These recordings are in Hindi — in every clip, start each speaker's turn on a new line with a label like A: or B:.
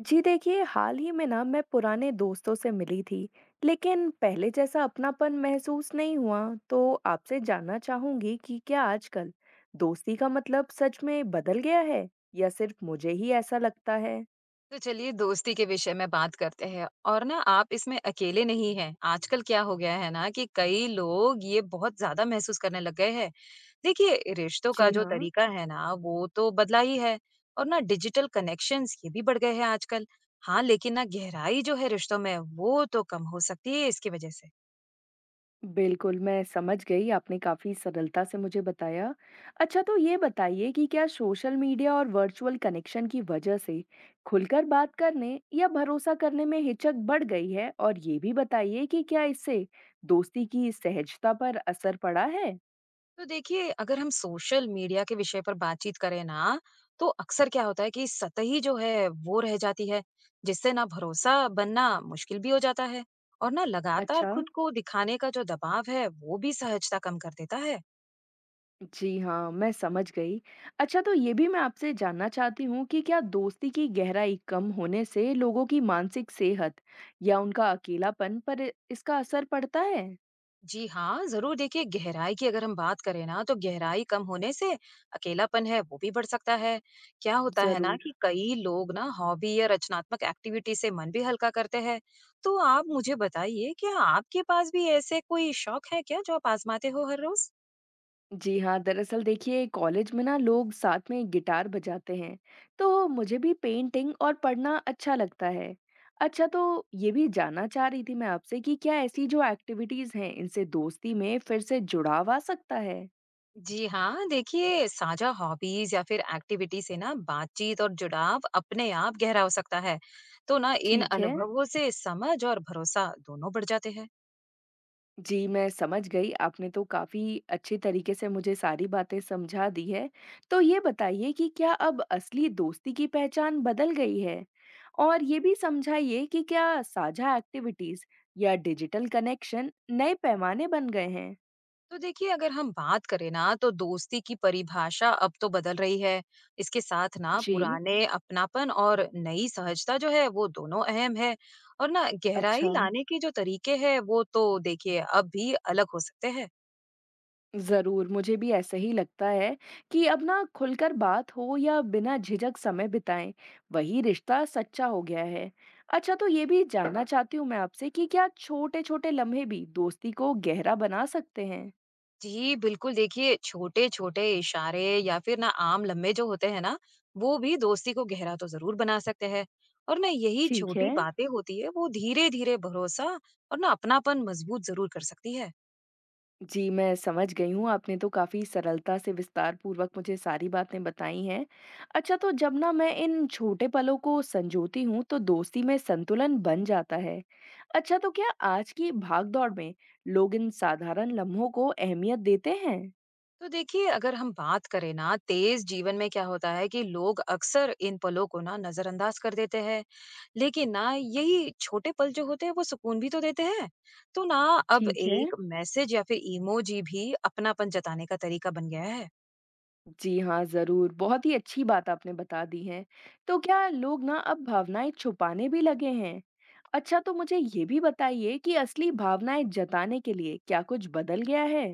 A: जी देखिए, हाल ही में ना मैं पुराने दोस्तों से मिली थी, लेकिन पहले जैसा अपनापन महसूस नहीं हुआ, तो आपसे जानना चाहूंगी कि क्या आजकल दोस्ती का मतलब सच में बदल गया है या सिर्फ मुझे ही ऐसा लगता है?
B: तो चलिए दोस्ती के विषय में बात करते हैं और ना आप इसमें अकेले नहीं हैं। आजकल क्या हो गया है ना कि कई लोग ये बहुत ज्यादा महसूस करने लग गए हैं। देखिए रिश्तों का
A: जी
B: जो
A: हाँ।
B: तरीका है ना वो तो बदला ही है और ना डिजिटल कनेक्शंस ये भी बढ़ गए हैं आजकल। हाँ लेकिन ना गहराई जो है रिश्तों में वो तो कम हो सकती है इसकी वजह से।
A: बिल्कुल, मैं समझ गई, आपने काफ़ी सरलता से मुझे बताया। अच्छा, तो ये बताइए कि क्या सोशल मीडिया और वर्चुअल कनेक्शन की वजह से खुलकर बात करने या भरोसा करने में हिचक बढ़ गई है? और ये भी बताइए कि क्या इससे दोस्ती की सहजता पर असर पड़ा है?
B: तो देखिए अगर हम सोशल मीडिया के विषय पर बातचीत करें ना तो अक्सर क्या होता है कि सतही जो है वो रह जाती है, जिससे ना भरोसा बनना मुश्किल भी हो जाता है। और ना लगातार
A: अच्छा।
B: खुद को दिखाने का जो दबाव है वो भी सहजता कम कर देता है।
A: जी हाँ, मैं समझ गई। अच्छा, तो ये भी मैं आपसे जानना चाहती हूँ कि क्या दोस्ती की गहराई कम होने से लोगों की मानसिक सेहत या उनका अकेलापन पर इसका असर पड़ता है?
B: जी हाँ, ज़रूर देखिए गहराई की अगर हम बात करें ना तो गहराई कम होने से अकेलापन है वो भी बढ़ सकता है। क्या होता है ना
A: ज़रूर।
B: कि कई लोग ना हॉबी या रचनात्मक एक्टिविटी से मन भी हल्का करते हैं। तो आप मुझे बताइए क्या आपके पास भी ऐसे कोई शौक है क्या जो आप आजमाते हो हर रोज?
A: जी हाँ, दरअसल देखिए कॉलेज में ना लोग साथ में गिटार बजाते हैं, तो मुझे भी पेंटिंग और पढ़ना अच्छा लगता है। अच्छा, तो ये भी जानना चाह रही थी मैं आपसे कि क्या ऐसी जो एक्टिविटीज़ हैं इनसे दोस्ती में फिर से जुड़ाव आ सकता है?
B: जी हाँ, देखिए साझा हॉबीज या फिर एक्टिविटी से ना बातचीत और जुड़ाव अपने आप गहरा हो सकता है। तो ना इन
A: ठीक है।
B: अनुभवों से समझ और भरोसा दोनों बढ़ जाते हैं।
A: जी, मैं समझ गई। आपने तो काफ़ी अच्छे तरीके से मुझे सारी बातें समझा दी है। तो ये बताइए कि क्या अब असली दोस्ती की पहचान बदल गई है? और ये भी समझाइए कि क्या साझा एक्टिविटीज़ या डिजिटल कनेक्शन नए पैमाने बन गए हैं?
B: तो देखिए अगर हम बात करें ना तो दोस्ती की परिभाषा अब तो बदल रही है। इसके साथ ना
A: जी,
B: पुराने अपनापन और नई सहजता जो है वो दोनों अहम है। और ना गहराई
A: अच्छा।
B: लाने के जो तरीके हैं वो तो देखिए अब भी अलग हो सकते हैं।
A: ज़रूर, मुझे भी ऐसा ही लगता है कि अब ना खुलकर बात हो या बिना झिझक समय बिताएं, वही रिश्ता सच्चा हो गया है। अच्छा, तो ये भी जानना चाहती हूँ मैं आपसे कि क्या छोटे-छोटे लम्हे भी दोस्ती को गहरा बना सकते हैं?
B: जी बिल्कुल देखिए छोटे छोटे इशारे या फिर ना आम लम्हे जो होते हैं ना वो भी दोस्ती को गहरा तो जरूर बना सकते हैं। और ना यही
A: ठीक है।
B: छोटी बातें होती है वो धीरे धीरे भरोसा और ना अपनापन मजबूत जरूर कर सकती है।
A: जी, मैं समझ गई हूँ, आपने तो काफ़ी सरलता से विस्तारपूर्वक मुझे सारी बातें बताई हैं। अच्छा, तो जब ना मैं इन छोटे पलों को संजोती हूँ, तो दोस्ती में संतुलन बन जाता है। अच्छा, तो क्या आज की भाग-दौड़ में लोग इन साधारण लम्हों को अहमियत देते हैं?
B: तो देखिए अगर हम बात करें ना तेज जीवन में क्या होता है कि लोग अक्सर इन पलों को ना नजरअंदाज कर देते हैं। लेकिन ना यही छोटे पल जो होते हैं वो सुकून भी तो देते हैं। तो ना अब
A: ठीक है।
B: एक मैसेज या फिर इमोजी भी अपनापन जताने का तरीका बन गया है।
A: जी हाँ, ज़रूर। बहुत ही अच्छी बात आपने बता दी है। तो क्या लोग ना अब भावनाएँ छुपाने भी लगे हैं? अच्छा, तो मुझे ये भी बताइए कि असली भावनाएँ जताने के लिए क्या कुछ बदल गया है?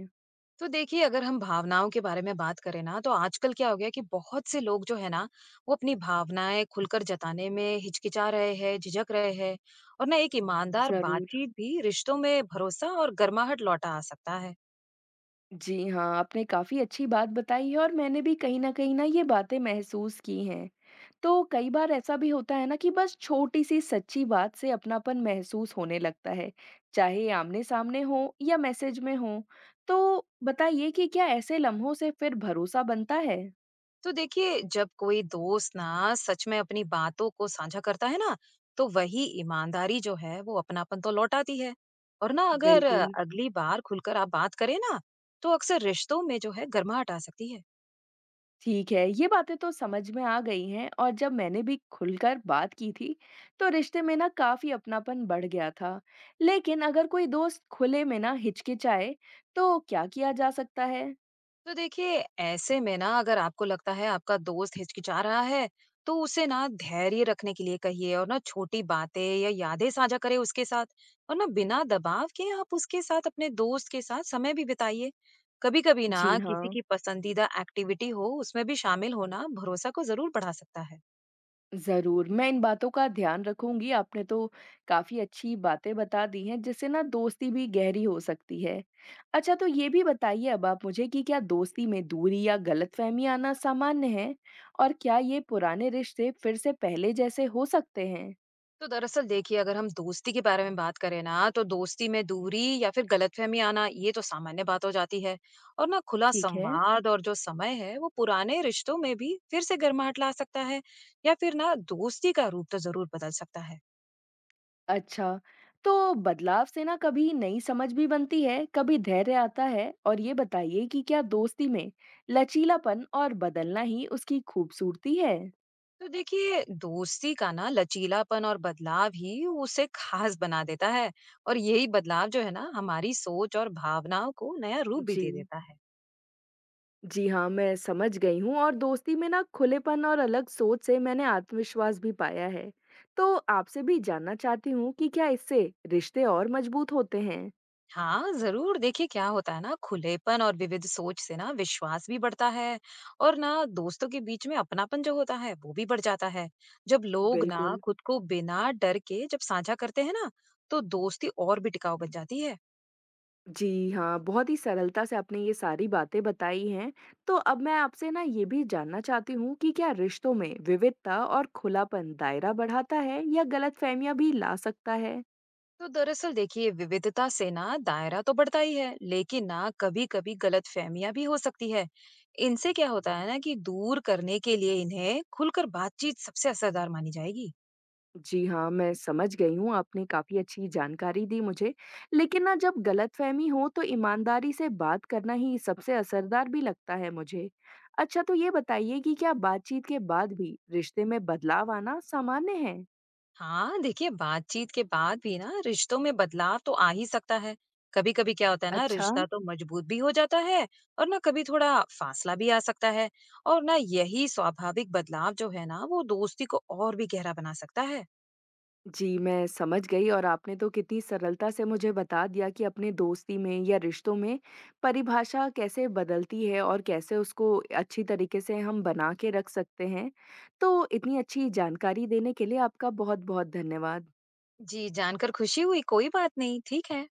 B: तो देखिए अगर हम भावनाओं के बारे में बात करें ना तो आजकल क्या हो गया कि बहुत से लोग जो है ना वो अपनी भावनाएं खुलकर जताने में हिचकिचा रहे हैं, झिझक रहे हैं। और ना एक ईमानदार
A: ज़रूर।
B: बातचीत भी रिश्तों में भरोसा और गर्माहट लौटा आ सकता है।
A: जी हाँ, आपने काफ़ी अच्छी बात बताई है और मैंने भी कहीं न कहीं ना ये बातें महसूस की हैं। तो कई बार ऐसा भी होता है ना कि बस छोटी-सी सच्ची बात से अपनापन महसूस होने लगता है, चाहे आमने-सामने हो या मैसेज में हो। तो बताइए कि क्या ऐसे लम्हों से फिर भरोसा बनता है?
B: तो देखिए जब कोई दोस्त ना सच में अपनी बातों को साझा करता है ना तो वही ईमानदारी जो है वो अपनापन तो लौटाती है। और ना अगर
A: बिल्कुल।
B: अगली बार खुलकर आप बात करें ना तो अक्सर रिश्तों में जो है गर्माहट आ सकती है।
A: ठीक है, ये बातें तो समझ में आ गई हैं। और जब मैंने भी खुलकर बात की थी तो रिश्ते में ना काफी अपनापन बढ़ गया था। लेकिन अगर कोई दोस्त खुले में ना हिचकिचाए तो क्या किया जा सकता है?
B: तो देखिए ऐसे में ना अगर आपको लगता है आपका दोस्त हिचकिचा रहा है तो उसे ना धैर्य रखने के लिए कहिए और ना छोटी बातें या यादें साझा करें उसके साथ। और ना बिना दबाव के आप उसके साथ अपने दोस्त के साथ समय भी बिताइए। कभी कभी
A: जी
B: ना किसी
A: हाँ।
B: की पसंदीदा एक्टिविटी हो उसमें भी शामिल होना भरोसा को जरूर बढ़ा सकता है।
A: ज़रूर, मैं इन बातों का ध्यान रखूँगी, आपने तो काफ़ी अच्छी बातें बता दी हैं जिससे ना दोस्ती भी गहरी हो सकती है। अच्छा, तो ये भी बताइए अब आप मुझे कि क्या दोस्ती में दूरी या गलतफ़हमी आना सामान्य है? और क्या ये पुराने रिश्ते फिर से पहले जैसे हो सकते हैं?
B: तो दरअसल देखिए अगर हम दोस्ती के बारे में बात करें ना तो दोस्ती में दूरी या फिर गलतफहमी आना ये तो सामान्य बात हो जाती है। और ना खुला
A: ठीक है।
B: संवाद और जो समय है वो पुराने रिश्तों में भी फिर से गर्माहट ला सकता है। या फिर ना दोस्ती का रूप तो जरूर बदल सकता है।
A: अच्छा, तो बदलाव से ना कभी नई समझ भी बनती है, कभी धैर्य आता है। और ये बताइए कि क्या दोस्ती में लचीलापन और बदलना ही उसकी खूबसूरती है?
B: तो देखिए दोस्ती का ना लचीलापन और बदलाव ही उसे खास बना देता है। और यही बदलाव जो है ना हमारी सोच और भावनाओं को नया रूप भी दे
A: जी।
B: देता है।
A: जी हाँ, मैं समझ गई हूँ और दोस्ती में ना खुलेपन और अलग सोच से मैंने आत्मविश्वास भी पाया है। तो आपसे भी जानना चाहती हूँ कि क्या इससे रिश्ते और मजबूत होते हैं?
B: हाँ जरूर देखिए क्या होता है ना खुलेपन और विविध सोच से ना विश्वास भी बढ़ता है। और ना दोस्तों के बीच में अपनापन जो होता है वो भी बढ़ जाता है। जब लोग ना
A: बिल्कुल।
B: खुद को बिना डर के जब साझा करते हैं ना तो दोस्ती और भी टिकाऊ बन जाती है।
A: जी हाँ, बहुत ही सरलता से आपने ये सारी बातें बताई हैं। तो अब मैं आपसे ना ये भी जानना चाहती हूँ कि क्या रिश्तों में विविधता और खुलापन दायरा बढ़ाता है या गलतफहमियां भी ला सकता है?
B: तो दरअसल देखिए विविधता से ना दायरा तो बढ़ता ही है, लेकिन ना कभी कभी गलत फहमियां भी हो सकती है। इनसे क्या होता है ना कि दूर करने के लिए इन्हें खुलकर बातचीत सबसे असरदार मानी जाएगी।
A: जी हाँ, मैं समझ गई हूँ, आपने काफ़ी अच्छी जानकारी दी मुझे। लेकिन ना जब गलतफ़हमी हो तो ईमानदारी से बात करना ही सबसे असरदार भी लगता है मुझे। अच्छा, तो ये बताइए कि क्या बातचीत के बाद भी रिश्ते में बदलाव आना सामान्य है?
B: हाँ देखिए बातचीत के बाद भी ना रिश्तों में बदलाव तो आ ही सकता है। कभी कभी क्या होता है ना
A: अच्छा।
B: रिश्ता तो मजबूत भी हो जाता है और ना कभी थोड़ा फासला भी आ सकता है। और ना यही स्वाभाविक बदलाव जो है ना वो दोस्ती को और भी गहरा बना सकता है।
A: जी, मैं समझ गई और आपने तो कितनी सरलता से मुझे बता दिया कि अपने दोस्ती में या रिश्तों में परिभाषा कैसे बदलती है और कैसे उसको अच्छी तरीके से हम बना के रख सकते हैं। तो इतनी अच्छी जानकारी देने के लिए आपका बहुत-बहुत धन्यवाद।
B: जी जानकर खुशी हुई, कोई बात नहीं, ठीक है।